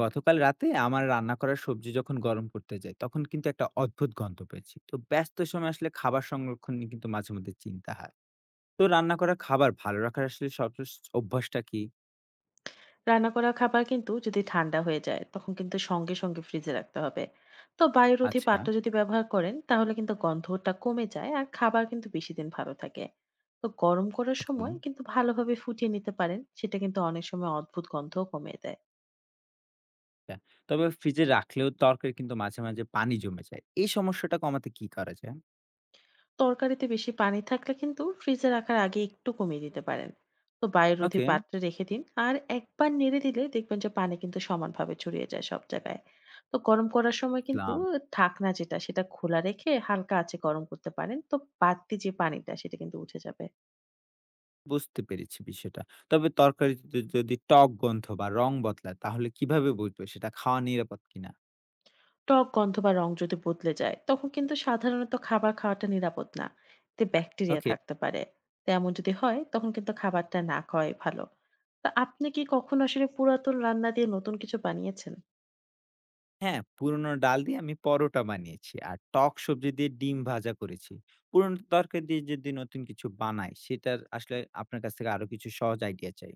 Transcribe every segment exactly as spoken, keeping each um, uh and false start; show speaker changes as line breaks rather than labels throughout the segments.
গতকাল রাতে আমার রান্না করা সবজি যখন গরম করতে যাই তখন কিন্তু একটা অদ্ভুত গন্ধ পেয়েছি। তো ব্যস্ত সময় আসলে খাবার সংরক্ষণ নিয়ে কিন্তু মাঝে মধ্যে চিন্তা হয়। তো রান্না করা খাবার ভালো রাখার আসলে সর্বোচ্চ অভ্যাসটা কি?
রান্না করা খাবার কিন্তু যদি ঠান্ডা হয়ে যায় তখন কিন্তু সঙ্গে সঙ্গে ফ্রিজে রাখতে হবে। তো বায়ুরোধী
আচ্ছা।
পাত্র যদি ব্যবহার করেন তাহলে কিন্তু গন্ধটা কমে যায় আর খাবার কিন্তু বেশি দিন ভালো থাকে। তো গরম করার
ওকে।
সময় কিন্তু ভালোভাবে ফুটিয়ে নিতে পারেন, সেটা কিন্তু অনেক সময় অদ্ভুত গন্ধও কমে দেয়।
তবে ফ্রিজে রাখলেও তরকারি কিন্তু মাঝে মাঝে পানি জমে যায়, এই সমস্যাটা কমাতে কি করা যায়?
তরকারিতে বেশি পানি থাকলে কিন্তু ফ্রিজে রাখার আগে একটু কমিয়ে দিতে পারেন। তো বায়ুরোধী
ওকে।
পাত্রে রেখে দিন। আর একবার নেড়ে দিলে দেখবেন যে পানি কিন্তু সমানভাবে ছড়িয়ে যায় সব জায়গায়। তো গরম করার সময় কিন্তু
ইসলাম।
ঢাকনা যেটা সেটা খোলা রেখে হালকা আঁচে গরম করতে পারেন। তো বাড়তি যে পানিটা সেটা কিন্তু উঠে যাবে।
বুঝতে পেরেছি বিষয়টা। তবে তরকারি যদি টক গন্ধ বা রং বদলায় তাহলে কিভাবে বুঝবো সেটা খাওয়া নিরাপদ কিনা?
টক গন্ধ বা রং যদি বদলে যায় তখন কিন্তু সাধারণত খাবার খাওয়াটা নিরাপদ না। এতে ব্যাকটেরিয়া
ওকে।
থাকতে পারে। তো এমন যদি হয় তখন কিন্তু খাবারটা না খাওয়াই ভালো। তা আপনি কি কখনো আসলে পুরাতন রান্না দিয়ে নতুন কিছু বানিয়েছেন?
হ্যাঁ, পুরনো ডাল দিয়ে আমি পরোটা বানিয়েছি। আর টক সবজি দিয়ে ডিম ভাজা করেছি। পুরনো তরকারি দিয়ে যদি নতুন কিছু বানাই, সেটার আসলে আপনার কাছ থেকে আরো কিছু সহজ আইডিয়া চাই।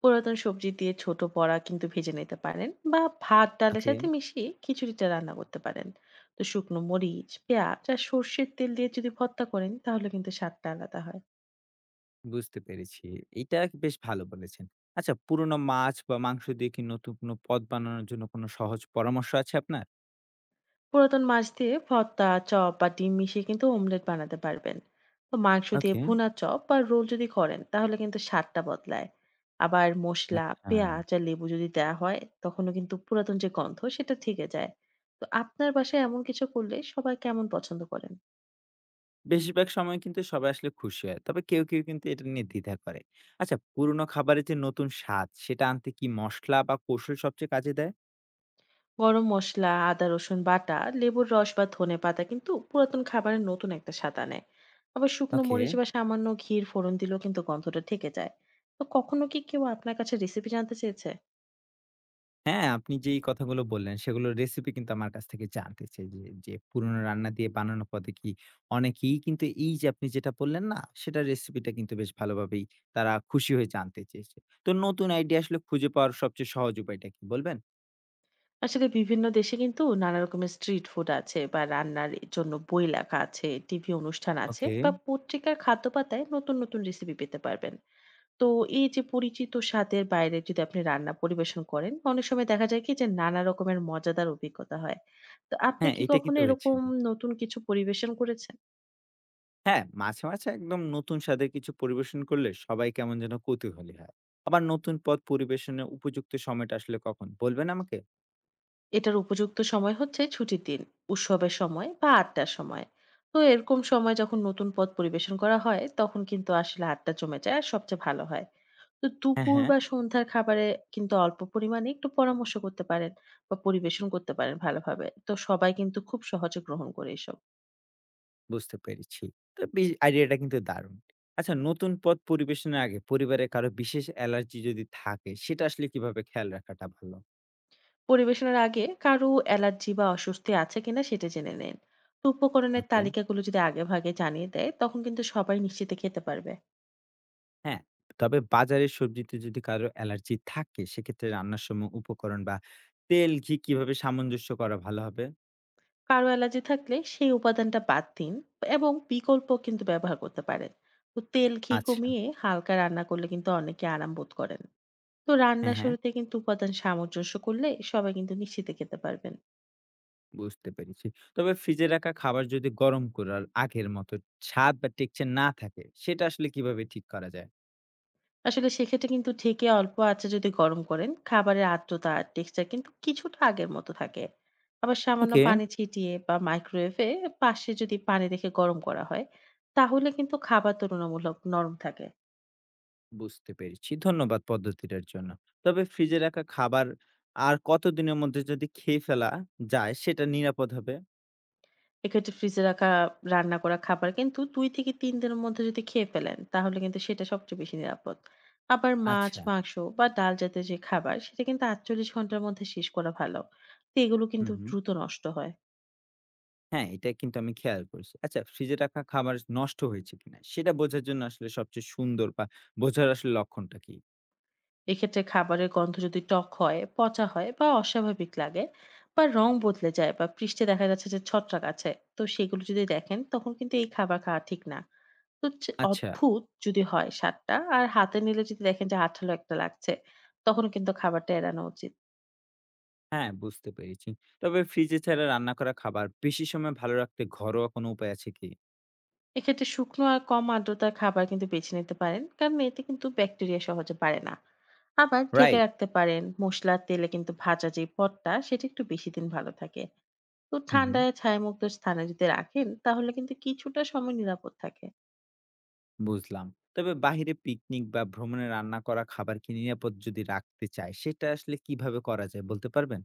পুরাতন সবজি দিয়ে ছোট বড়া কিন্তু ভেজে নিতে পারেন, বা ভাত ডালের
ওকে।
সাথে মিশিয়ে খিচুড়িটা রান্না করতে পারেন। তো শুকনো মরিচ, পেঁয়াজ আর সর্ষের তেল দিয়ে যদি ভর্তা করেন তাহলে কিন্তু স্বাদটা আলাদা হয়।
বুঝতে পেরেছি। এটা বেশ ভালো বলেছেন। আচ্ছা, পুরনো মাছ বা মাংস দিয়ে কি নতুন কোনো পদ বানানোর জন্য কোনো সহজ পরামর্শ আছে আপনার?
পুরাতন মাছ দিয়ে ভর্তা, চপ বা ডিম মিশিয়ে কিন্তু অমলেট বানাতে পারবেন। তো মাংস দিয়ে
ওকে।
ভুনা, চপ বা রোল যদি করেন তাহলে কিন্তু স্বাদটা বদলায়। আবার মসলা,
আচ্ছা।
পেঁয়াজ আর লেবু যদি দেওয়া হয় তখনও কিন্তু পুরাতন যে গন্ধ সেটা থেকে যায়। তো আপনার বাসায় এমন কিছু করলে সবাই কেমন পছন্দ করেন?
বেশিরভাগ সময় কিন্তু সবাই আসলে খুশি হয়। তবে কেউ, কেউ কিন্তু এটা নিয়ে দ্বিধা করে। আচ্ছা, পুরনো খাবারের যে নতুন স্বাদ, সেটা আনতে কি মসলা বা কৌশল সবচেয়ে কাজে দেয়?
গরম মসলা, আদা রসুন বাটা, লেবুর রস বা ধনেপাতা কিন্তু পুরাতন খাবারের নতুন একটা স্বাদ আনে। আবার শুকনো
ওকে।
মরিচ বা সামান্য ঘির ফোড়ন দিলেও কিন্তু গন্ধটা থেকে যায়। তো কখনো কি কেউ আপনার কাছে রেসিপি জানতে চেয়েছে?
হ্যাঁ, আপনি যেই কথাগুলো বললেন সেগুলোর রেসিপি কিন্তু আমার কাছ থেকে জানতে চাই যে, যে পুরনো রান্না দিয়ে বানানো পদে কি অনেকেই কিন্তু এই যে আপনি যেটা বললেন না, সেটার রেসিপিটা কিন্তু বেশ ভালোভাবেই তারা খুশি হয়ে জানতে চেয়েছে। তো নতুন আইডিয়া আসলে খুঁজে পাওয়ার সবচেয়ে সহজ উপায়টা কি বলবেন?
আসলে বিভিন্ন দেশে কিন্তু নানা রকমের স্ট্রিট ফুড আছে, বা রান্নার জন্য বই লেখা আছে, টিভি অনুষ্ঠান আছে,
ওকে।
বা পত্রিকার খাদ্য পাতায় নতুন নতুন রেসিপি পেতে পারবেন। তো এই যে পরিচিত স্বাদের বাইরে যদি আপনি রান্না পরিবেশন করেন, অনেক সময় দেখা যায় কি যে নানা রকমের মজাদার অভিজ্ঞতা হয়। তো আপনি
হ্যাঁ,
কি
এটা
কখনো
কিন্তু হয়েছে।
এরকম নতুন কিছু পরিবেশন করেছেন?
হ্যাঁ, মাঝে, মাঝে একদম নতুন স্বাদের কিছু পরিবেশন করলে সবাই কেমন যেন কৌতূহলী হয়। আবার নতুন পদ পরিবেশনের উপযুক্ত সময়টা আসলে কখন বলবেন আমাকে?
এটার উপযুক্ত সময় হচ্ছে ছুটির দিন, উৎসবের সময় বা আড্ডার সময়। তো এরকম সময় যখন নতুন পদ পরিবেশন করা হয় তখন কিন্তু আসলে আড্ডা জমে যায় আর সবচেয়ে ভালো হয়। তো
হ্যাঁ,
দুপুর
হ্যাঁ।
বা সন্ধ্যার খাবারে কিন্তু অল্প পরিমাণে একটু পরামর্শ করতে পারেন বা পরিবেশন করতে পারেন ভালোভাবে। তো সবাই কিন্তু খুব সহজে গ্রহণ করে এসব।
বুঝতে পেরেছি। তো বি আইডিয়াটা কিন্তু দারুণ। আচ্ছা, নতুন পদ পরিবেশনের আগে পরিবারের কারো বিশেষ অ্যালার্জি যদি থাকে সেটা আসলে কিভাবে খেয়াল রাখাটা ভালো?
পরিবেশনের আগে কারো অ্যালার্জি বা অস্বস্তি আছে কিনা সেটা জেনে নিন। তো উপকরণের
ওকে।
তালিকাগুলো যদি আগেভাগে জানিয়ে দেয় তখন কিন্তু সবাই নিশ্চিন্তে খেতে পারবে।
হ্যাঁ, তবে বাজারের সবজিতে যদি কারো অ্যালার্জি থাকে সেক্ষেত্রে রান্নার সময় উপকরণ বা তেল, ঘি কিভাবে সামঞ্জস্য করা ভালো হবে?
কারো অ্যালার্জি থাকলে সেই উপাদানটা বাদ দিন এবং বিকল্প কিন্তু ব্যবহার করতে পারেন। তো তেল ঘি
আচ্ছা।
কমিয়ে হালকা রান্না করলে কিন্তু অনেকে আরাম বোধ করেন। তো
হ্যাঁ,
রান্নার
হ্যাঁ
শুরুতে কিন্তু উপাদান সামঞ্জস্য করলে সবাই কিন্তু নিশ্চিন্তে খেতে পারবেন।
বুঝতে পেরেছি। তবে ফ্রিজে রাখা খাবার যদি গরম করার আগের মতো স্বাদ বা টেক্সচার না থাকে সেটা আসলে কিভাবে ঠিক করা যায়?
আসলে সেক্ষেত্রে কিন্তু ঢেকে অল্প আঁচে যদি গরম করেন, খাবারের আর্দ্রতা আর টেক্সচার কিন্তু কিছুটা আগের মতো থাকে। আবার সামান্য
ওকে।
পানি ছিটিয়ে বা মাইক্রোওয়েভে পাশে যদি পানি রেখে গরম করা হয়, তাহলে কিন্তু খাবার তুলনামূলক নরম থাকে।
বুঝতে পেরেছি। ধন্যবাদ পদ্ধতিটার জন্য। তবে ফ্রিজে রাখা খাবার আর কতদিনের মধ্যে যদি খেয়ে ফেলা যায় সেটা নিরাপদ হবে?
এক্ষেত্রে ফ্রিজে রাখা রান্না করা খাবার কিন্তু দুই থেকে তিন দিনের মধ্যে যদি খেয়ে ফেলেন, তাহলে কিন্তু সেটা সবচেয়ে বেশি নিরাপদ। আবার মাছ,
আচ্ছা।
মাংস বা ডাল জাতীয় যে খাবার, সেটা কিন্তু আটচল্লিশ ঘন্টার মধ্যে শেষ করা ভালো। তো এগুলো
হুম,
কিন্তু
হুম।
দ্রুত নষ্ট হয়।
হ্যাঁ, এটা কিন্তু আমি খেয়াল করছি। আচ্ছা, ফ্রিজে রাখা খাবার নষ্ট হয়েছে কিনা সেটা বোঝার জন্য আসলে সবচেয়ে সুন্দর বা বোঝার আসলে লক্ষণটা কি?
এক্ষেত্রে খাবারের গন্ধ যদি টক হয়, পচা হয় বা অস্বাভাবিক লাগে, বা রং বদলে যায়, বা পৃষ্ঠে দেখা যাচ্ছে যে ছত্রাক আছে, তো সেগুলো যদি দেখেন তখন কিন্তু এই খাবার খাওয়া ঠিক না। তো চে
আচ্ছা।
অদ্ভুত যদি হয় স্বাদটা আর হাতে নিলে যদি দেখেন যে আঠালো একটা লাগছে, তখন কিন্তু খাবারটা এড়ানো উচিত।
হ্যাঁ, বুঝতে পেরেছি। তবে ফ্রিজে ছাড়া রান্না করা খাবার বেশি সময় ভালো রাখতে ঘরোয়া কোনো উপায় আছে কি?
এক্ষেত্রে শুকনো আর কম আর্দ্রতার খাবার কিন্তু বেছে নিতে পারেন, কারণ এতে কিন্তু ব্যাকটেরিয়া সহজে বাড়ে না। আবার ঢেকে
রাইট।
রাখতে পারেন। মসলার তেলে কিন্তু ভাজা যে পদটা সেটা একটু বেশি দিন ভালো থাকে। তো
হুম, হুম।
ঠান্ডায় ছায়ামুক্ত স্থানে যদি রাখেন তাহলে কিন্তু কিছুটা সময় নিরাপদ থাকে।
বুঝলাম। তবে বাহিরে পিকনিক বা ভ্রমণে রান্না করা খাবার কি নিরাপদ যদি রাখতে চায়, সেটা আসলে কিভাবে করা যায় বলতে পারবেন?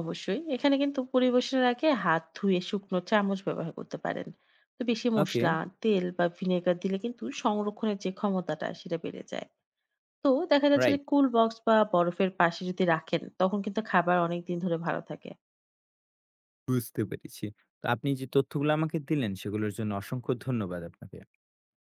অবশ্যই। এখানে কিন্তু পরিবেশনের আগে হাত ধুয়ে শুকনো চামচ ব্যবহার করতে পারেন। তো বেশি
ওকে,
মসলা, তেল বা ভিনেগার দিলে কিন্তু সংরক্ষণের যে ক্ষমতাটা সেটা বেড়ে যায়। তো দেখা যাচ্ছে যে
রাইট।
কুল বক্স বা বরফের পাশে যদি রাখেন তখন কিন্তু খাবার অনেকদিন ধরে ভালো থাকে।
বুঝতে পেরেছি। তো আপনি যে তথ্যগুলো আমাকে দিলেন, সেগুলোর জন্য অসংখ্য ধন্যবাদ আপনাকে।